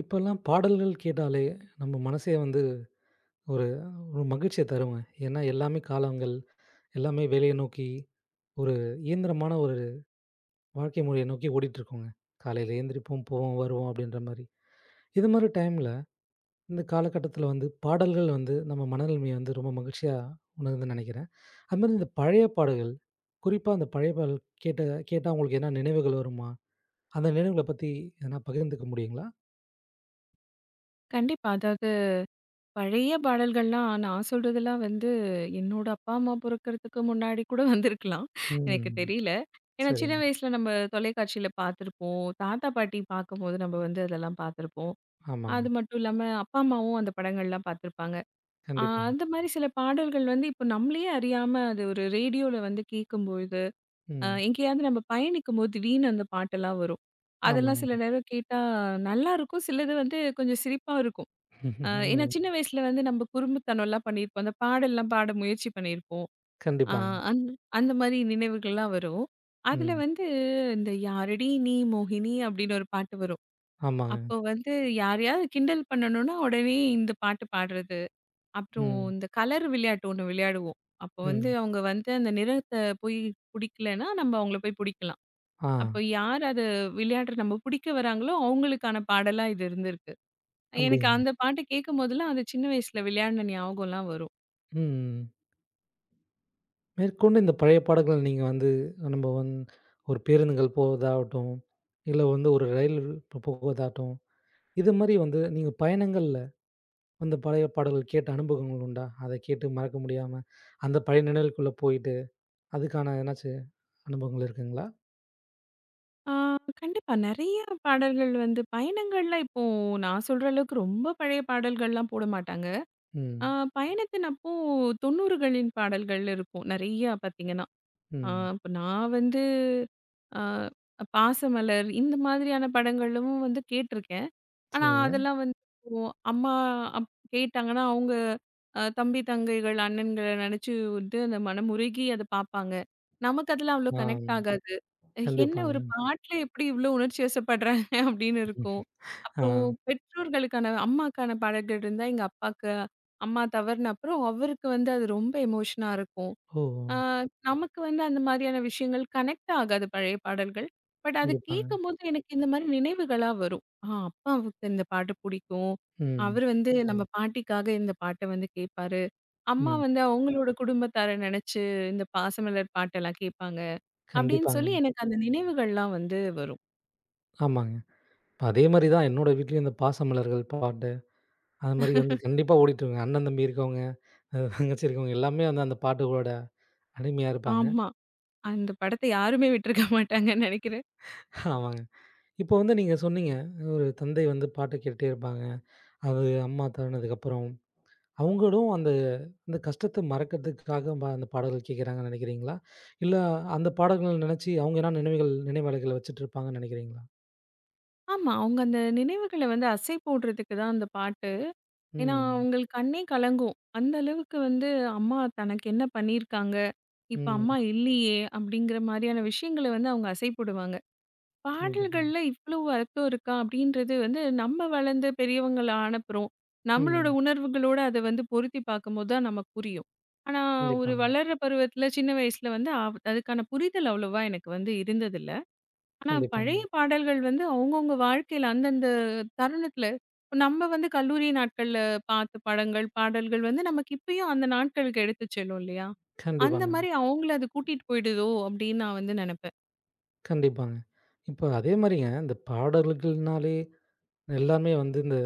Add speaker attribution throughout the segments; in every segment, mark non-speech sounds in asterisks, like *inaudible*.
Speaker 1: இப்பல்லாம் பாடல்கள் கேட்டாலே, நம்ம மனசே வந்து ஒரு ஒரு மகிழ்ச்சிய தருங்க. ஏன்னா, எல்லாமே காலங்கள், எல்லாமே வேலைய நோக்கி ஒரு இயந்திரமான ஒரு வாழ்க்கை முறைய நோக்கி ஓடிட்டுருக்கோங்க. காலையில எழுந்திரிப்போம், போவோம், வருவோம் அப்படின்ற மாரி. இது மாரி டைம்ல, இந்த காலகட்டத்தில வந்து பாடல்கள் வந்து நம்ம மனநிலைமைய வந்து ரொம்ப மகிழ்ச்சியா உணருதுன்னு நெனைக்கிறேன். அது மாரி இந்த பழைய பாடல்கள், குறிப்பா அந்த பழைய பாடல் கேட்ட கேட்டா உங்களுக்கு எதனா நினைவுகள் வருமா? அந்த நினைவுகள பத்தி எதனா பகிர்ந்துக்க முடியுங்களா?
Speaker 2: கண்டிப்பா. அதாவது பழைய பாடல்கள்லாம் நான் சொல்றதெல்லாம் வந்து, என்னோட அப்பா, அம்மா பொறக்கறதுக்கு முன்னாடி கூட வந்திருக்கலாம். எனக்கு
Speaker 1: ம்.
Speaker 2: தெரியல. ஏன்னா சின்ன
Speaker 1: சரிங்க.
Speaker 2: வயசுல நம்ம தொலைக்காட்சியில பார்த்துருப்போம். தாத்தா, பாட்டி பார்க்கும்போது நம்ம வந்து அதெல்லாம் பார்த்துருப்போம். அது
Speaker 1: ஆமாங்க.
Speaker 2: மட்டும் இல்லாம அப்பா, அம்மாவும் அந்த படங்கள்லாம் பார்த்துருப்பாங்க. அ
Speaker 1: கண்டிப்பாங்க.
Speaker 2: அந்த மாரி சில பாடல்கள் வந்து இப்போ நம்மளயே அறியாம அது ஒரு ரேடியோல வந்து கேட்கும்பொழுது,
Speaker 1: ம்.
Speaker 2: எங்கேயாவது நம்ம பயணிக்கும்போது திடீர்னு அந்த பாட்டெல்லாம் வரும். அதெல்லாம் சில
Speaker 1: ஆமாங்க.
Speaker 2: நேரம் கேட்டா நல்லாருக்கும். சிலது வந்து கொஞ்சம் சிரிப்பா இருக்கும். ஏன்னா
Speaker 1: ம்.
Speaker 2: சின்ன வயசுல வந்து நம்ம குறும்புத்தனம்லாம் பண்ணியிருப்போம். அந்த பாடல்லாம் பாட முயற்சி பண்ணியிருப்போம். அ
Speaker 1: கண்டிப்பாங்க.
Speaker 2: அந் அந்த மாரி நினைவுகள்லாம் வரும். அதுல
Speaker 1: ம்.
Speaker 2: வந்து இந்த "யாரடி நீ மோகினி" அப்படின்னு ஒரு பாட்டு வரும்.
Speaker 1: ஆமாங்க.
Speaker 2: அப்போ வந்து யாரையாவது கிண்டல் பண்ணணும்னா உடனே இந்த பாட்டு பாடுறது. அப்புறம்
Speaker 1: ம்.
Speaker 2: இந்த கலர் விளையாட்டு ஒண்ணு விளையாடுவோம். அப்போ வந்து
Speaker 1: ம்.
Speaker 2: அவங்க வந்து அந்த நிறத்த போய் புடிக்கலன்னா, நம்ம அவங்கள போய் புடிக்கலாம்.
Speaker 1: ஆ.
Speaker 2: அப்போ யார் அத விளையாடுற நம்ம புடிக்க வராங்களோ, அவங்களுக்கான பாடலா இது இருந்திருக்கு. எனக்கு
Speaker 1: அப்படிங்களா?
Speaker 2: அந்த பாட்டு கேட்கும்போதெல்லாம், அது சின்ன வயசுல விளையாடின ஞாபகம்லாம் வரும்.
Speaker 1: ம். மேற்கொண்டு இந்த பழைய பாடல்கள் நீங்க வந்து நம்ம வந்து ஒரு பேருந்துகள் போவதாகட்டும், இல்ல வந்து ஒரு ரயில் போவதாகட்டும், இது மாரி வந்து நீங்க பயணங்கள்ல அந்த பழைய பாடல்கள் கேட்ட அனுபவங்கள் உண்டா? அத கேட்டு மறக்க முடியாம, அந்த பழைய நினைவுக்குள்ள போயிட்டு, அதுக்கான எதனாச்சு அனுபவங்கள் இருக்குங்களா?
Speaker 2: ஆ கண்டிப்பா. நெறைய பாடல்கள் வந்து பயணங்கள்லாம் இப்போ நான் சொல்ற அளவுக்கு ரொம்ப பழைய பாடல்கள்லாம் போட மாட்டாங்க. ஆ
Speaker 1: ம்.
Speaker 2: பயணத்தின் அப்போ 90களின் பாடல்கள் இருக்கும். நெறையா பார்த்தீங்கன்னா, ஆ
Speaker 1: ம்.
Speaker 2: இப்ப நான் வந்து ஆ பாசமலர் இந்த மாதிரியான படங்களும் வந்து கேட்டிருக்கேன். ஆனா,
Speaker 1: சரிங்க.
Speaker 2: அதெல்லாம் வந்து இப்போ அம்மா அப் கேட்டாங்கன்னா, அவங்க தம்பி, தங்கைகள், அண்ணன்கள நெனச்சு வந்து அந்த மனமுருகி அத பாப்பாங்க. நமக்கு அதெல்லாம் அவ்ளோ
Speaker 1: ஆ.
Speaker 2: கனெக்ட் ஆகாது. "என்ன ஒரு
Speaker 1: கண்டிப்பாங்க.
Speaker 2: பாட்டுல எப்படி இவ்ளோ உணர்ச்சி வசப்படுறாங்க?" *laughs* அப்படின்னு இருக்கும்.
Speaker 1: ஆ.
Speaker 2: அப்புறம் பெற்றோர்களுக்கான அம்மாக்கான பாடல்கள் இருந்தா, எங்க அப்பாக்கு, அம்மா தவறுன அப்புறம் அவருக்கு வந்து அது ரொம்ப எமோஷனா இருக்கும்.
Speaker 1: ஓ!
Speaker 2: ஆ, நமக்கு வந்து அந்த மாதிரியான விஷயங்கள் கனெக்ட் ஆகாது பழைய பாடல்கள். பட் அது
Speaker 1: கண்டிப்பாங்க.
Speaker 2: கேட்கும்போது எனக்கு இந்த மாரி நினைவுகளா வரும். அப்பாவுக்கு இந்த பாட்டு புடிக்கும்.
Speaker 1: ம்.
Speaker 2: அவரு வந்து நம்ம பாட்டிக்காக இந்த பாட்ட வந்து கேட்பாரு. அம்மா
Speaker 1: ம்.
Speaker 2: வந்து அவங்களோட குடும்பத்தார நெனச்சு இந்த பாசமலர் பாட்டெல்லாம் கேட்பாங்க. அப்படின்னு சொல்லி
Speaker 1: கண்டிப்பாங்க.
Speaker 2: எனக்கு அந்த நினைவுகள்லாம் வந்து வரும்.
Speaker 1: ஆமாங்க. அதே மாரி தான் என்னோட வீட்லயும் இந்த பாசமலர்கள் பாட்டு, அது மாரி வந்து கண்டிப்பா ஓடிட்டு இருக்குங்க. அண்ணன், தம்பி இருக்கவங்க, அ தங்கச்சி இருக்கவங்க எல்லாமே வந்து அந்த பாட்டுகளோட அடிமையா இருப்பாங்க.
Speaker 2: ஆமா. அந்த படத்த யாருமே விட்டுருக்க மாட்டாங்கன்னு நெனைக்கிறேன்.
Speaker 1: ஆமாங்க. இப்போ வந்து நீங்க சொன்னீங்க, ஒரு தந்தை வந்து பாட்டு கேட்டுட்டே இருப்பாங்க. அது அம்மா தவறினதுக்கப்புறம், அவங்களும் அந்த அந்த கஷ்டத்த மறக்கிறதுக்காக ப அந்த பாடல்கள் கேட்குறாங்கன்னு நெனைக்கிறீங்களா? இல்ல அந்த பாடல்கள் நெனச்சு அவங்க என்னா நினைவுகள் நினைவலைகள வச்சுட்டு இருப்பாங்கன்னு நெனைக்கிறீங்களா?
Speaker 2: ஆமா. அவங்க அந்த நினைவுகள வந்து அசை போடுறதுக்கு தான் அந்த பாட்டு. ஏன்னா,
Speaker 1: ம்.
Speaker 2: அவங்களுக்கு கண்ணே கலங்கும். அந்த அளவுக்கு வந்து அம்மா தனக்கு என்ன பண்ணியிருக்காங்க, இப்ப அம்மா
Speaker 1: ம்.
Speaker 2: இல்லையே அப்படிங்கிற மாரியான விஷயங்கள வந்து அவங்க அசை போடுவாங்க.
Speaker 1: கண்டிப்பா.
Speaker 2: பாடல்கள்ல இவ்வளவு அர்த்தம் இருக்கா அப்படின்றது வந்து நம்ம வளர்ந்து பெரியவங்கள ஆனப்புறம், நம்மளோட
Speaker 1: ம்.
Speaker 2: உணர்வுகளோட அத வந்து பொருத்தி பார்க்கும்போது தான் நமக்கு புரியும். ஆனா, ஒரு
Speaker 1: கண்டிப்பாங்க.
Speaker 2: வளர்ற பருவத்துல சின்ன வயசுல வந்து அதுக்கான புரிதல் அவ்வளவா எனக்கு வந்து இருந்ததில்ல. ஆனா,
Speaker 1: கண்டிப்பாங்க.
Speaker 2: பழைய பாடல்கள் வந்து அவங்கவங்க வாழ்க்கையில அந்தந்த தருணத்துல இப்ப நம்ம வந்து கல்லூரி நாட்கள்ல பார்த்த படங்கள், பாடல்கள் வந்து நமக்கு இப்பயும் அந்த நாட்களுக்கு எடுத்துச் செல்லும் இல்லையா? அந்த
Speaker 1: கண்டிப்பாங்க.
Speaker 2: மாரி அவங்கள அது கூட்டிட்டு போயிடுதோ! அப்டின்னு நான் வந்து நெனப்பேன்.
Speaker 1: கண்டிப்பாங்க. இப்போ அதே மாரிங்க, இந்த பாடல்கள்னாலே எல்லாமே வந்து இந்த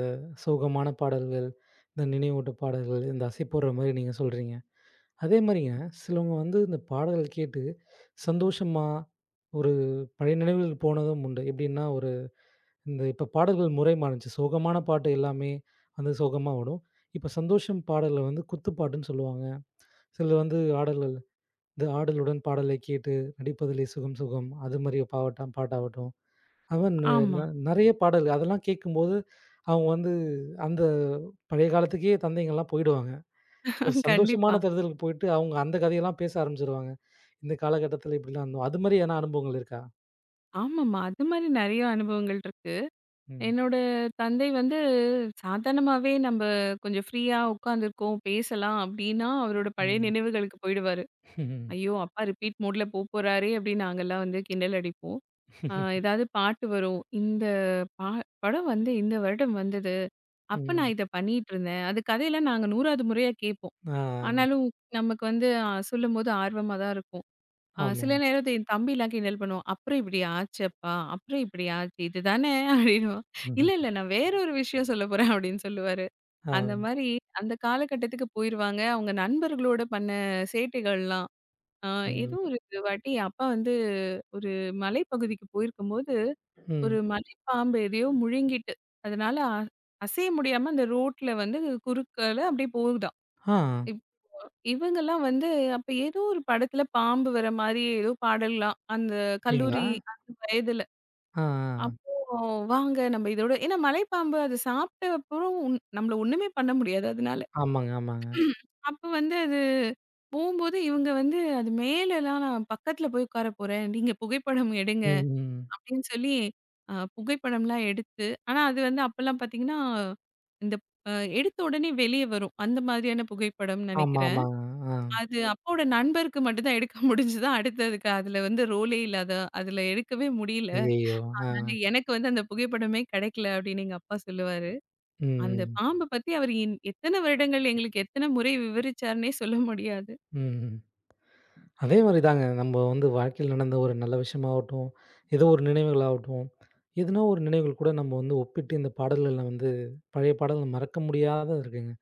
Speaker 1: சோகமான பாடல்கள், இந்த நினைவூட்ட பாடல்கள், இந்த அசை போடுற மாரி நீங்க சொல்றீங்க. அதே மாரிங்க சிலவங்க வந்து இந்த பாடல் கேட்டு சந்தோஷமா ஒரு பழைய நினைவுகளுக்கு போனதும் உண்டு. எப்படின்னா, ஒரு இந்த இப்ப பாடல்கள் முறை மாறுச்சு. சோகமான பாட்டு எல்லாமே வந்து சோகமா ஓடும். இப்ப சந்தோஷம் பாடல்ல வந்து குத்துப்பாட்டுன்னு சொல்லுவாங்க. சிலர் வந்து ஆடல்கள் இந்த ஆடலுடன் பாடலை கேட்டு நடிப்பதிலே சுகம் சுகம் அது மாரி பாவட்டா பாட்டாகட்டும். அவன் நெ
Speaker 2: ஆமா.
Speaker 1: நெ நெறைய பாடல் அதெல்லாம் கேட்கும்போது, அவங்க வந்து அந்த பழைய காலத்துக்கே தந்தைங்கலாம் போயிடுவாங்க. ஒரு
Speaker 2: கண்டிப்பா.
Speaker 1: சந்தோஷமான தருதலுக்கு போயிட்டு, அவங்க அந்த கதையெல்லாம் பேச ஆரம்பிச்சுருவாங்க. இந்த காலகட்டத்தில இப்படிலாம் இருந்தோம். அது மாரி எதனா அனுபவங்கள் இருக்கா?
Speaker 2: ஆமாமா. அது மாரி நெறைய அனுபவங்கள் இருக்கு.
Speaker 1: ம்.
Speaker 2: என்னோட தந்தை வந்து சாதாரணமாவே நம்ப கொஞ்சம் ஃப்ரீயா உட்கார்ந்திருக்கோம், பேசலாம் அப்டின்னா, அவரோட பழைய
Speaker 1: ம்.
Speaker 2: நினைவுகளுக்கு போயிடுவாரு.
Speaker 1: ம்.
Speaker 2: ஐயோ! அப்பா ரிப்பீட் மோட்ல போப்போறாரே! அப்டின்னு நாங்கலாம் வந்து கிண்டல் அடிப்போம். ஏதாவது பாட்டு வரும். இந்த பா படம் வந்து இந்த வருடம் வந்தது.
Speaker 1: ம்
Speaker 2: அப்ப நான் இத பண்ணிட்டு இருந்தேன். அது கதையெல்லாம் நாங்க 100வது முறையா கேட்போம்.
Speaker 1: ஆ.
Speaker 2: ஆனாலும் நமக்கு வந்து சொல்லும்போது ஆர்வமா தான் இருக்கும்.
Speaker 1: ஆமா.
Speaker 2: சில நேரத்து என் தம்பிலாம் கிண்டல் பண்ணுவான். "அப்புறம் இப்படி ஆச்சு அப்பா, அப்புறம் இப்படி ஆச்சு. இதுதானே" *laughs* அப்படின்னுவான். "இல்ல, இல்ல நான் வேற ஒரு விஷயம் சொல்ல போறேன்" அப்படின்னு சொல்லுவாரு. அந்த
Speaker 1: ஆ.
Speaker 2: மாரி அந்த காலகட்டத்துக்கு போயிருவாங்க. அவங்க நண்பர்களோட பண்ண சேட்டைகள்லாம். அ ஏதோ
Speaker 1: ம்.
Speaker 2: ஒரு வாட்டி அப்பா வந்து ஒரு மலைப்பகுதிக்கு போயிருக்கும்போது ஒரு
Speaker 1: ம்.
Speaker 2: மலைப்பாம்பு எதையோ முழுங்கிட்டு, அதனால அசைய முடியாம அந்த ரோட்ல வந்து குறுக்கால அப்படியே போகுதாம்.
Speaker 1: ஆ.
Speaker 2: இப் இவங்கலாம் வந்து அப்ப ஏதோ ஒரு படத்துல பாம்பு வர மாரி ஏதோ பாடல்லாம். அந்த
Speaker 1: அப்படிங்களா?
Speaker 2: கல்லூரி அந்த வயதுல.
Speaker 1: ஆ, ஆ.
Speaker 2: அப்போ வாங்க நம்ம இதோட ஏன்னா மலைப்பாம்பு அது சாப்பிட்ட அப்புறம் நம்மள ஒண்ணுமே பண்ண முடியாது அதனால.
Speaker 1: ஆமாங்க, ஆமாங்க.
Speaker 2: அப்ப வந்து அது போம்போது இவங்க வந்து அது மேலலாம் நான் பக்கத்துல போய் உட்கார போறேன். நீங்க புகைப்படம் எடுங்க.
Speaker 1: ம், ம்.
Speaker 2: அப்படின்னு சொல்லி புகைப்படம்லாம் எடுத்து ஆனா அது வந்து அப்பலாம் பார்த்தீங்கன்னா, இந்த அ எடுத்த உடனே வெளிய வரும். அந்த மாதிரியான புகைப்படம்
Speaker 1: ஆமா,
Speaker 2: நெனைக்கிறேன்.
Speaker 1: ஆமாங்க. ஆ.
Speaker 2: அது அப்பாவோட நண்பருக்கு மட்டும் தான் எடுக்க முடிஞ்சது. அடுத்ததுக்கு அதுல வந்து ரோலே இல்லாத அதுல எடுக்கவே முடியல.
Speaker 1: ஐயய்யோ! ஆ.
Speaker 2: அதனால எனக்கு வந்து அந்த புகைப்படமே கிடைக்கல அப்படின்னு எங்க அப்பா சொல்லுவாரு. அந்த
Speaker 1: ம்,
Speaker 2: பாம்ப பத்தி அவர் என் எத்தன வருடங்கள் எங்களுக்கு எத்தன முறை விவரிச்சாருன்னே சொல்ல முடியாது.
Speaker 1: ம். ம். அதே மாரி தாங்க. நம்ம வந்து வாழ்க்கையில நடந்த ஒரு நல்ல விஷயமாகட்டும், ஏதோ ஒரு நினைவுகளாகட்டும், எதுனா ஒரு நினைவுகள் கூட நம்ம வந்து ஒப்பிட்டு இந்த பாடல்கள்ல வந்து பழைய பாடல்கள் மறக்க முடியாதது இருக்குங்க.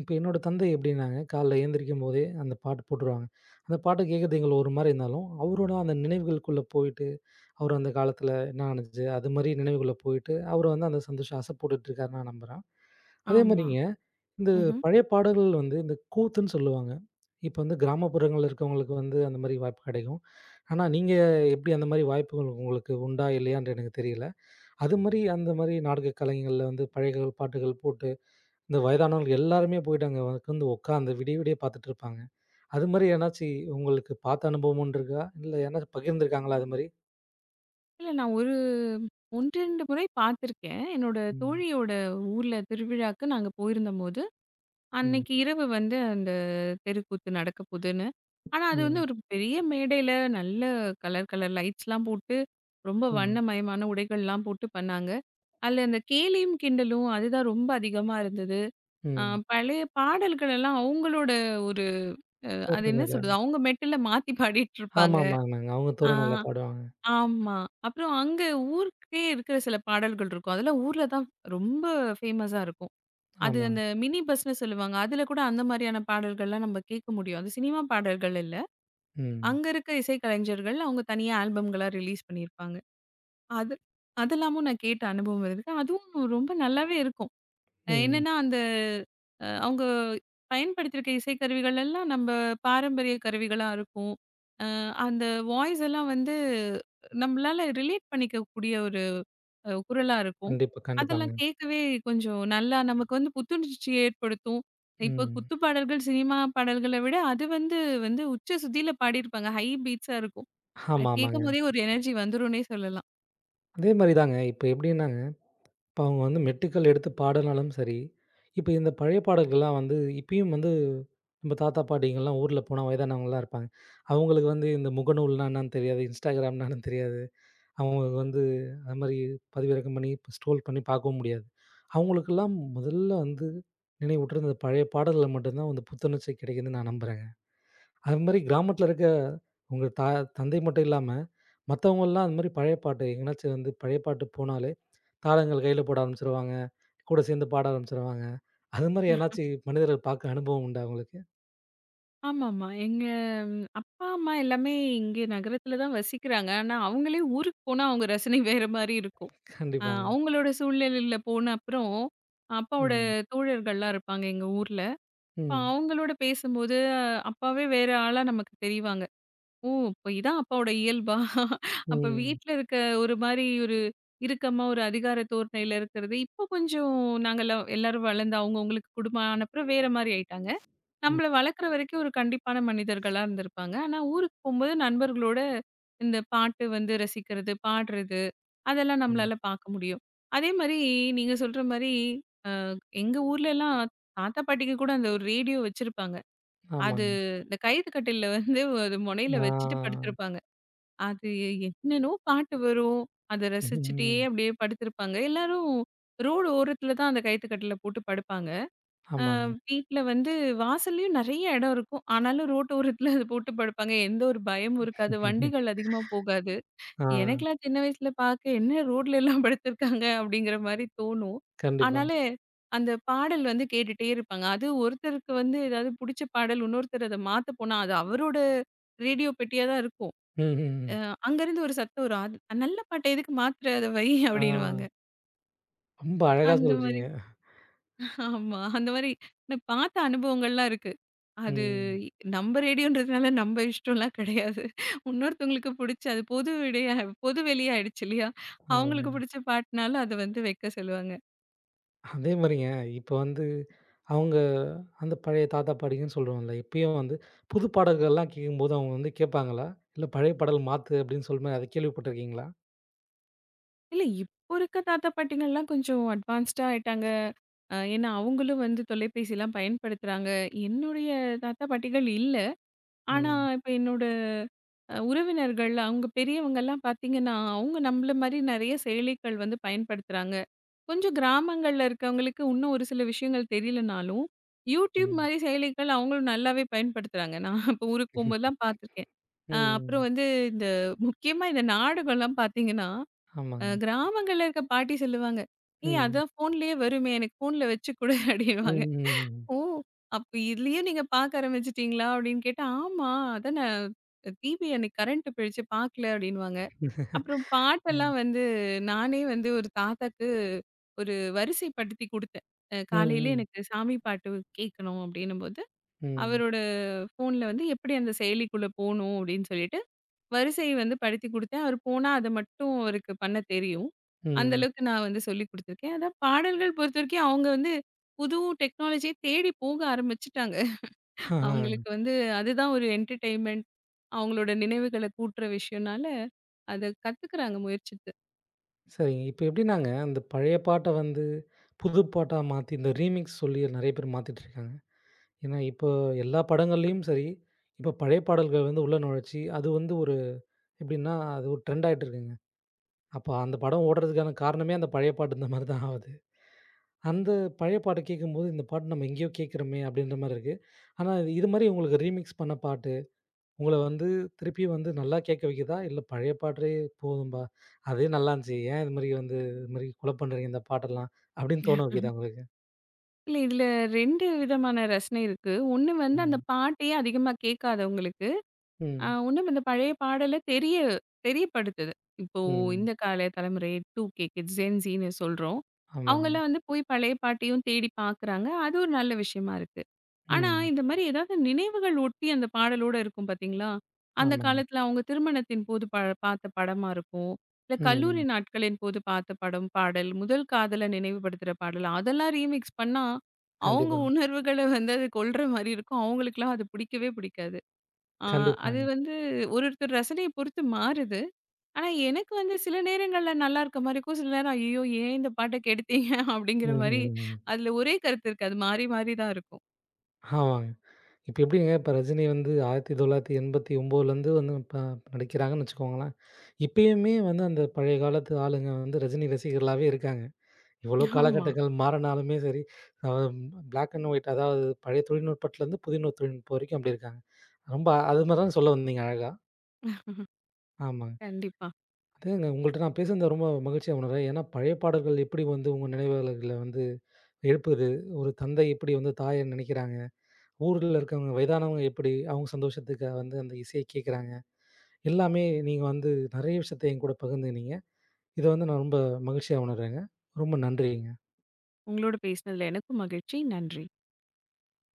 Speaker 1: இப்ப என்னோட தந்தை எப்படின்னாங்க, காலைல எழுந்திரிக்கும்போதே அந்த பாட்டு போட்டுருவாங்க. அந்த பாட்டு கேட்கறது எங்களுக்கு ஒரு மாரி இருந்தாலும், அவரோட அந்த நினைவுகளுக்குள்ள போயிட்டு, அவர் அந்த காலத்துல என்ன நடந்துச்சு, அது மாரி நினைவுக்குள்ள போயிட்டு, அவர் வந்து அந்த சந்தோஷம் அசை போட்டுட்டு இருக்காருன்னு நான் நம்புறேன். அதே
Speaker 2: ஆமா.
Speaker 1: மாரிங்க இந்த
Speaker 2: ம்ஹ்ம்.
Speaker 1: பழைய பாடல்கள் வந்து இந்த கூத்துன்னு சொல்லுவாங்க. இப்ப வந்து கிராமப்புறங்கள்ல இருக்கவங்களுக்கு வந்து அந்த மாரி வாய்ப்பு கிடைக்கும். ஆனா, நீங்க எப்படி அந்த மாரி வாய்ப்புகள் உங்களுக்கு உண்டா? இல்லையான்னு எனக்கு தெரியல. அது மாரி அந்த மாரி நாடக கலைஞங்கள்ல வந்து பழைய கால பாட்டுகள் போட்டு, இந்த வயதானவர்கள் எல்லாருமே போயிட்டு அங்க வந்து உட்கார்ந்து விடிய விடிய பார்த்துட்டு இருப்பாங்க. அது மாரி எதனாச்சு உங்களுக்கு பார்த்த அனுபவம் ஒண்ணு இருக்கா? இல்ல யாருனாச்சும் பகிர்ந்துருக்காங்களா அது மாரி?
Speaker 2: இல்ல நான் ஒரு 1, 2 முறை பார்த்துருக்கேன். என்னோட
Speaker 1: ம்.
Speaker 2: தோழியோட ஊர்ல திருவிழாக்கு நாங்க போயிருந்தபோது,
Speaker 1: ம்.
Speaker 2: அன்னைக்கு இரவு வந்து அந்த தெருக்கூத்து நடக்க போதுன்னு. ஆனா, அது வந்து
Speaker 1: ம்.
Speaker 2: ஒரு பெரிய மேடையில நல்ல கலர் கலர் லைட்ஸ்லாம் போட்டு, ரொம்ப
Speaker 1: ம்.
Speaker 2: வண்ணமயமான உடைகள்லாம் போட்டு பண்ணாங்க. அதுல அந்த கேலியும், கிண்டலும் அதுதான் ரொம்ப அதிகமா இருந்தது. அ
Speaker 1: ம்.
Speaker 2: பழைய பாடல்கள் எல்லாம் அவங்களோட ஒரு அ அது என்ன
Speaker 1: தோரணை
Speaker 2: சொல்றது? அவங்க மெட்டுல மாத்தி பாடிட்டு இருப்பாங்க.
Speaker 1: ஆமா, ஆமாங்க. அவங்க
Speaker 2: ஆ
Speaker 1: தோரணையில பாடுவாங்க.
Speaker 2: ஆமா. அப்புறம் அங்க ஊருக்கே இருக்கிற சில பாடல்கள் இருக்கும். அதெல்லாம் ஊர்ல தான் ரொம்ப ஃபேமஸா இருக்கும். அது
Speaker 1: ஆமா.
Speaker 2: அந்த மினி பஸ்ன்னு சொல்லுவாங்க. அதுல கூட அந்த மாரியான பாடல்கள்லாம் நம்ம கேட்க முடியும். அது சினிமா பாடல்கள் இல்ல.
Speaker 1: ம்.
Speaker 2: அங்க இருக்க இசைக்கலைஞர்கள் அவங்க தனியா ஆல்பம்களா ரிலீஸ் பண்ணியிருப்பாங்க. அது அதெல்லாமும் நான் கேட்ட அனுபவம் இருக்கு. அதுவும் ரொம்ப நல்லாவே இருக்கும்.
Speaker 1: ம்.
Speaker 2: என்னன்னா, அந்த அவங்க பயன்படுத்தியிருக்க இசைக்கருவிகள் எல்லாம் நம்ப பாரம்பரிய கருவிகளா இருக்கும். அ அந்த வாய்ஸ் எல்லாம் வந்து நம்பளால ரிலேட் பண்ணிக்கக்கூடிய ஒரு குரலா இருக்கும்.
Speaker 1: கண்டிப்பா,
Speaker 2: அதெல்லாம்
Speaker 1: கண்டிப்பாங்க.
Speaker 2: கேட்கவே கொஞ்சம் நல்லா நமக்கு வந்து புத்துணர்ச்சி ஏற்படுத்தும். இப்போ
Speaker 1: ம்.
Speaker 2: குத்து பாடல்கள், சினிமா பாடல்கள விட அது வந்து வந்து உச்ச சுதியில பாடியிருப்பாங்க. ஹை பீட்ஸா இருக்கும். அது
Speaker 1: ஆமா, ஆமாங்க.
Speaker 2: கேட்கும்போதே ஒரு எனர்ஜி வந்துரும்னே சொல்லலாம்.
Speaker 1: அதே மாரி தாங்க. இப்ப எப்படின்னாங்க, இப்ப அவங்க வந்து மெட்டுக்கள் எடுத்து பாடுனாலும் சரி, இப்ப இந்த பழைய பாடல்கள்லாம் வந்து இப்பயும் வந்து நம்ம தாத்தா, பாட்டிங்கலாம் ஊர்ல போனா வயதானவங்கலாம் இருப்பாங்க. அவங்களுக்கு வந்து இந்த முகநூல்னா என்னன்னு தெரியாது, இன்ஸ்டாகிராம்னா என்னன்னு தெரியாது. அவங்களுக்கு வந்து அது மாரி பதிவிறக்கம் பண்ணி ஸ்ட்ரோல் பண்ணி பார்க்கவும் முடியாது. அவங்களுக்கெல்லாம் முதல்ல வந்து நினைவூட்டுறது இந்த பழைய பாடல்கள் மட்டும் தான் வந்து புத்துணர்ச்சி கிடைக்குதுன்னு நான் நம்புறேன். அது மாரி கிராமத்துல இருக்க உங்க தந்தை மட்டும் இல்லாம, மத்தவங்கலாம் அந்த மாரி பழைய பாட்டு எங்கனாச்சும் வந்து பழைய பாட்டு போனாலே, தாளங்கள் கையில போட ஆரம்பிச்சுருவாங்க. கூட சேர்ந்து பாட ஆரம்பிச்சுருவாங்க. அது மாரி யாருனாச்சு மனிதர்கள் பார்க்க அனுபவம் உண்டா உங்களுக்கு?
Speaker 2: ஆமாமா. எங்க ம், அப்பா, அம்மா எல்லாமே இங்கே நகரத்தில தான் வசிக்கிறாங்க. ஆனா, அவங்களே ஊருக்கு போனா அவங்க ரசனை வேற மாரி இருக்கும்.
Speaker 1: கண்டிப்பாங்க.
Speaker 2: அவங்களோட சூழ்நிலையில போன அப்புறம், அப்பாவோட
Speaker 1: ம்.
Speaker 2: தோழர்கள்லாம் இருப்பாங்க எங்க ஊர்ல. அப்ப
Speaker 1: ம்.
Speaker 2: அவங்களோட பேசும்போது, அப்பாவே வேற ஆளா நமக்கு தெரிவாங்க. ஓ! இப்ப இதான் அப்பாவோட இயல்பா? அப்ப
Speaker 1: ம்.
Speaker 2: வீட்ல இருக்க ஒரு மாரி ஒரு இறுக்கமா, ஒரு அதிகார தோரணையில இருக்கிறது, இப்போ கொஞ்சம் நாங்கலாம் எல்லாரும் வளர்ந்து அவங்கவங்களுக்கு குடும்பம் ஆன அப்புறம் வேற மாரி ஆயிட்டாங்க.
Speaker 1: ம்.
Speaker 2: நம்மள வளர்க்குற வரைக்கும் ஒரு கண்டிப்பான மனிதர்களா இருந்திருப்பாங்க. ஆனா ஊருக்கு போம்போது நண்பர்களோட இந்த பாட்டு வந்து ரசிக்கிறது, பாடுறது அதெல்லாம்
Speaker 1: ம்.
Speaker 2: நம்மளால பார்க்க முடியும். அதே மாரி நீங்க சொல்ற மாரி அ எங்க ஊர்லலாம் தாத்தா, பாட்டிக்கு கூட அந்த ஒரு ரேடியோ வச்சிருப்பாங்க. அது
Speaker 1: ஆமாங்க.
Speaker 2: இந்த கயிறு கட்டில்ல வந்து அது மொனையில வச்சுட்டு
Speaker 1: ஆ.
Speaker 2: படுத்திருப்பாங்க. அது என்னன்னோ பாட்டு வரும். அத ரசிச்சுட்டே
Speaker 1: ம்.
Speaker 2: அப்படியே படுத்திருப்பாங்க. எல்லாரும் ரோடு ஓரத்துல தான் அந்த கயித்து கட்டில போட்டு படுப்பாங்க. அ
Speaker 1: ஆமாங்க.
Speaker 2: வீட்ல வந்து வாசல்லயும் நெறைய இடம் இருக்கும். ஆனாலும் ரோட்டோரத்துல அது போட்டு படுப்பாங்க. எந்த ஒரு பயமும் இருக்காது. வண்டிகள் அதிகமா போகாது.
Speaker 1: ஆ.
Speaker 2: எனக்கெல்லாம் சின்ன வயசுல பார்க்க என்ன ரோட்ல எல்லாம் படுத்திருக்காங்க அப்படிங்கிற மாரி தோணும்.
Speaker 1: கண்டிப்பா.
Speaker 2: ஆனாலும் அந்த பாடல் வந்து கேட்டுட்டே இருப்பாங்க. அது ஒருத்தருக்கு வந்து ஏதாவது புடிச்ச பாடல் இன்னொருத்தர் அத மாத்த போனா, அது அவரோட ரேடியோ பெட்டியா தான் இருக்கும்.
Speaker 1: ம். ம்.
Speaker 2: அ
Speaker 1: ம்.
Speaker 2: அங்கருந்து ஒரு சத்தம் வரும். அது நல்ல பாட்ட எதுக்கு மாத்துற? அத வை
Speaker 1: ஆ.
Speaker 2: அப்படின்னுவாங்க.
Speaker 1: ரொம்ப அழகா
Speaker 2: அந்த மாரி
Speaker 1: சொல்றீங்க.
Speaker 2: ஆமா. அந்த மாரி நான் பார்த்த அனுபவங்கள்லாம் இருக்கு. அது
Speaker 1: ம்.
Speaker 2: நம்ம ரேடியோன்றதுனால நம்ம இஷ்டம்லாம் கிடையாது. இன்னொருத்தவங்களுக்கு பிடிச்ச அது பொது விடையா பொது வெளியாயிடுச்சு இல்லையா?
Speaker 1: ஆமா.
Speaker 2: அவங்களுக்கு பிடிச்ச பாட்டுனால அத வந்து வைக்க சொல்லுவாங்க.
Speaker 1: அதே மாரிங்க, இப்ப வந்து அவங்க அந்த பழைய தாத்தா, பாட்டிங்கன்னு சொல்றோம்ல, இப்பயும் வந்து புது பாடல்கள்லாம் கேட்கும்போது அவங்க வந்து கேட்பாங்களா? இல்ல பழைய பாடல் மாத்து அப்படின்னு சொல்ற மாரி அத கேள்விப்பட்டுருக்கீங்களா?
Speaker 2: இல்ல இப்போ இருக்க தாத்தா பாட்டிங்கள்லாம் கொஞ்சம் அட்வான்ஸ்டா ஆயிட்டாங்க. ஏன்னா அவங்களும் வந்து தொலைபேசிலாம் பயன்படுத்துறாங்க. என்னுடைய தாத்தா பாட்டிகள் இல்ல. ஆனா
Speaker 1: ம்,
Speaker 2: இப்ப என்னோட உறவினர்கள் அவங்க பெரியவங்கலாம் பார்த்தீங்கன்னா, அவங்க நம்மள மாரி நெறைய செயலிகள் வந்து பயன்படுத்துறாங்க. கொஞ்சம் கிராமங்கள்ல இருக்கவங்களுக்கு இன்னும் ஒரு சில விஷயங்கள் தெரியலனாலும், YouTube
Speaker 1: ம்,
Speaker 2: மாரி செயலிகள் அவங்களும் நல்லாவே பயன்படுத்துறாங்க. நான் இப்ப ஊருக்கு போம்போதெல்லாம் பார்த்துருக்கேன்.
Speaker 1: ம்,
Speaker 2: அப்புறம்
Speaker 1: ம்.
Speaker 2: வந்து இந்த முக்கியமா இந்த நாடகம்லாம் பார்த்தீங்கன்னா,
Speaker 1: ஆமாங்க.
Speaker 2: கிராமங்கள்ல இருக்க பாட்டி சொல்லுவாங்க, "ஏய்
Speaker 1: ம்,
Speaker 2: அதான் ஃபோன்லயே வருமே எனக்கு ஃபோன்ல வச்சு குடு" *laughs*
Speaker 1: ம்,
Speaker 2: அப்படின்னுவாங்க.
Speaker 1: ம், ம்,
Speaker 2: "ஓ! அப்ப இதுலயும் நீங்க பார்க்க ஆரம்பிச்சுட்டீங்களா?" அப்படின்னு கேட்டா, "ஆமா, அதான் நான் டிவி அன்னைக்கு கரண்ட் போயிடுச்சு பார்க்கல" அப்படின்னுவாங்க. அப்புறம்
Speaker 1: ம்,
Speaker 2: பாட்டெல்லாம் வந்து நானே வந்து ஒரு தாத்தாக்கு ஒரு வரிசைப்படுத்தி குடுத்தேன். காலையில
Speaker 1: ம்,
Speaker 2: எனக்கு சாமி பாட்டு கேட்கணும் அப்படின்னும்போது,
Speaker 1: ம்,
Speaker 2: அவரோட ஃபோன்ல வந்து எப்படி அந்த செயலிக்குள்ள போணும் அப்படின்னு சொல்லிட்டு, வரிசை வந்து படுத்தி குடுத்தேன். அவர் போனா அத மட்டும் அவருக்கு பண்ண தெரியும். அந்த
Speaker 1: ம்.
Speaker 2: அளவுக்கு நான் வந்து சொல்லிக் குடுத்துருக்கேன். அதான் பாடல்கள் பொறுத்தவரைக்கும் அவங்க வந்து புது டெக்னாலஜிய தேடி போக ஆரம்பிச்சுட்டாங்க.
Speaker 1: ஆஹ்
Speaker 2: அவங்களுக்கு வந்து அதுதான் ஒரு என்டர்டெயின்மென்ட். அவங்களோட நினைவுகள கூட்டுற விஷயம்னால, அத கத்துக்கிறாங்க முயற்சித்து.
Speaker 1: சரிங்க. இப்ப எப்படின்னாங்க, அந்த பழைய பாட்ட வந்து புது பாட்டா மாத்தி இந்த ரீமிக்ஸ் சொல்லி நெறைய பேர் மாத்திட்டுருக்காங்க. ஏன்னா, இப்போ எல்லா படங்கள்லயும் சரி, இப்போ பழைய பாடல்கள் வந்து உள்ள நுழைச்சு, அது வந்து ஒரு எப்படின்னா, அது ஒரு ட்ரெண்ட் ஆயிட்டு இருக்குங்க. அப்போ அந்த படம் ஓடுறதுக்கான காரணமே அந்த பழைய பாட்டு இந்த மாரி தான் ஆவுது. அந்த பழைய பாட்ட கேட்கும்போது, இந்த பாட்டு நம்ம எங்கேயோ கேட்கிறோமே அப்படின்ற மாரி இருக்கு. ஆனா, இது மாரி உங்களுக்கு ரீமிக்ஸ் பண்ண பாட்டு, உங்கள வந்து திருப்பி வந்து நல்லா கேட்க வைக்குதா? இல்ல பழைய பாட்டே போதும்பா, அதே நல்லாருந்துச்சு. ஏன் இது மாரி வந்து இது மாரி கொலை பண்றீங்க இந்த பாட்டெல்லாம் அப்படின்னு தோண
Speaker 2: ம்ஹ்ம்.
Speaker 1: வைக்குதா உங்களுக்கு?
Speaker 2: இல்ல இதுல 2 விதமான ரசனை இருக்கு. ஒண்ணு வந்து அந்த
Speaker 1: ம்.
Speaker 2: பாட்டையே அதிகமா கேட்காதவங்களுக்கு,
Speaker 1: ம்,
Speaker 2: இன்னும் இந்த பழைய பாடல தெரியப்படுத்துது. இப்போ
Speaker 1: ம்.
Speaker 2: இந்த கால தலைமுறை 2K கிட்ஸ், ஜென்ஸின்னு சொல்றோம்.
Speaker 1: ஆமாங்க.
Speaker 2: அவங்கலாம் வந்து போய் பழைய பாட்டையும் தேடி பார்க்குறாங்க. அது ஒரு நல்ல விஷயமா இருக்கு. ஆனா,
Speaker 1: ம்.
Speaker 2: இந்த மாரி ஏதாவது நினைவுகள் ஒட்டி அந்த பாடலோட இருக்கும் பார்த்தீங்களா? அந்த
Speaker 1: ஆமாங்க.
Speaker 2: காலத்துல அவங்க திருமணத்தின் போது பார்த்த படமா இருக்கும். இல்ல கல்லூரி
Speaker 1: ம்.
Speaker 2: நாட்களின் போது பார்த்த படம், பாடல், முதல் காதல நினைவுபடுத்துற பாடல் அதெல்லாம் ரீமிக்ஸ் பண்ணா, அவங்க
Speaker 1: கண்டிப்பா,
Speaker 2: உணர்வுகள வந்து அது கொல்ற மாரி இருக்கும். அவங்களுக்கெல்லாம் அது பிடிக்கவே பிடிக்காது. ஆ அது
Speaker 1: கண்டிப்பாங்க.
Speaker 2: வந்து ஒரு ஒருத்தர் ரசனைய பொறுத்து மாறுது. ஆனா எனக்கு வந்து சில நேரங்கள்ல நல்லா இருக்க மாரி இருக்கும். சில நேரம் ஐயய்யோ! ஏன் இந்த பாட்ட கெடுத்தீங்க *laughs* அப்படிங்கிற
Speaker 1: ம்,
Speaker 2: மாரி
Speaker 1: ம், ம்.
Speaker 2: அதுல ஒரே கருத்து இருக்காது. மாறி மாறி தான் இருக்கும்.
Speaker 1: ஆமாங்க. இப்ப எப்படிங்க இப்ப ரஜினி வந்து 1989லருந்து வந்து இப்ப நடிக்கிறாங்கன்னு வச்சுக்கோங்களேன். இப்பயுமே வந்து அந்த பழைய காலத்து ஆளுங்க வந்து ரஜினி ரசிகர்களாவே இருக்காங்க. இவ்வளோ
Speaker 2: ஆமா,
Speaker 1: காலகட்டங்கள் மாறினாலுமே சரி, அ பிளாக் அண்ட் ஒயிட் அதாவது பழைய தொழில்நுட்பத்துலருந்து புதிய நு- தொழில்நுட்பம் வரைக்கும் அப்படி இருக்காங்க. ரொம்ப அது மாரி தான் சொல்ல வந்தீங்க அழகா. ஆமாங்க.
Speaker 2: கண்டிப்பா.
Speaker 1: அதேங்க உங்கள்ட்ட நான் பேசுனது ரொம்ப மகிழ்ச்சியா உணர்றேன். ஏன்னா பழைய பாடல்கள் எப்படி வந்து உங்க நினைவுகள வந்து எழுப்புது. ஒரு தந்தை எப்படி வந்து தாய நினைக்கிறாங்க. ஊர்ல இருக்கவங்க வயதானவங்க எப்படி அவங்க சந்தோஷத்துக்காக வந்து அந்த இசைய கேட்குறாங்க. எல்லாமே நீங்க வந்து நெறைய விஷயத்த என்கூட பகிர்ந்துக்கினீங்க. இத வந்து நான் ரொம்ப மகிழ்ச்சியா உணர்றேங்க. ரொம்ப நன்றிங்க.
Speaker 2: உங்களோட பேசினதுல எனக்கும் மகிழ்ச்சி. நன்றி.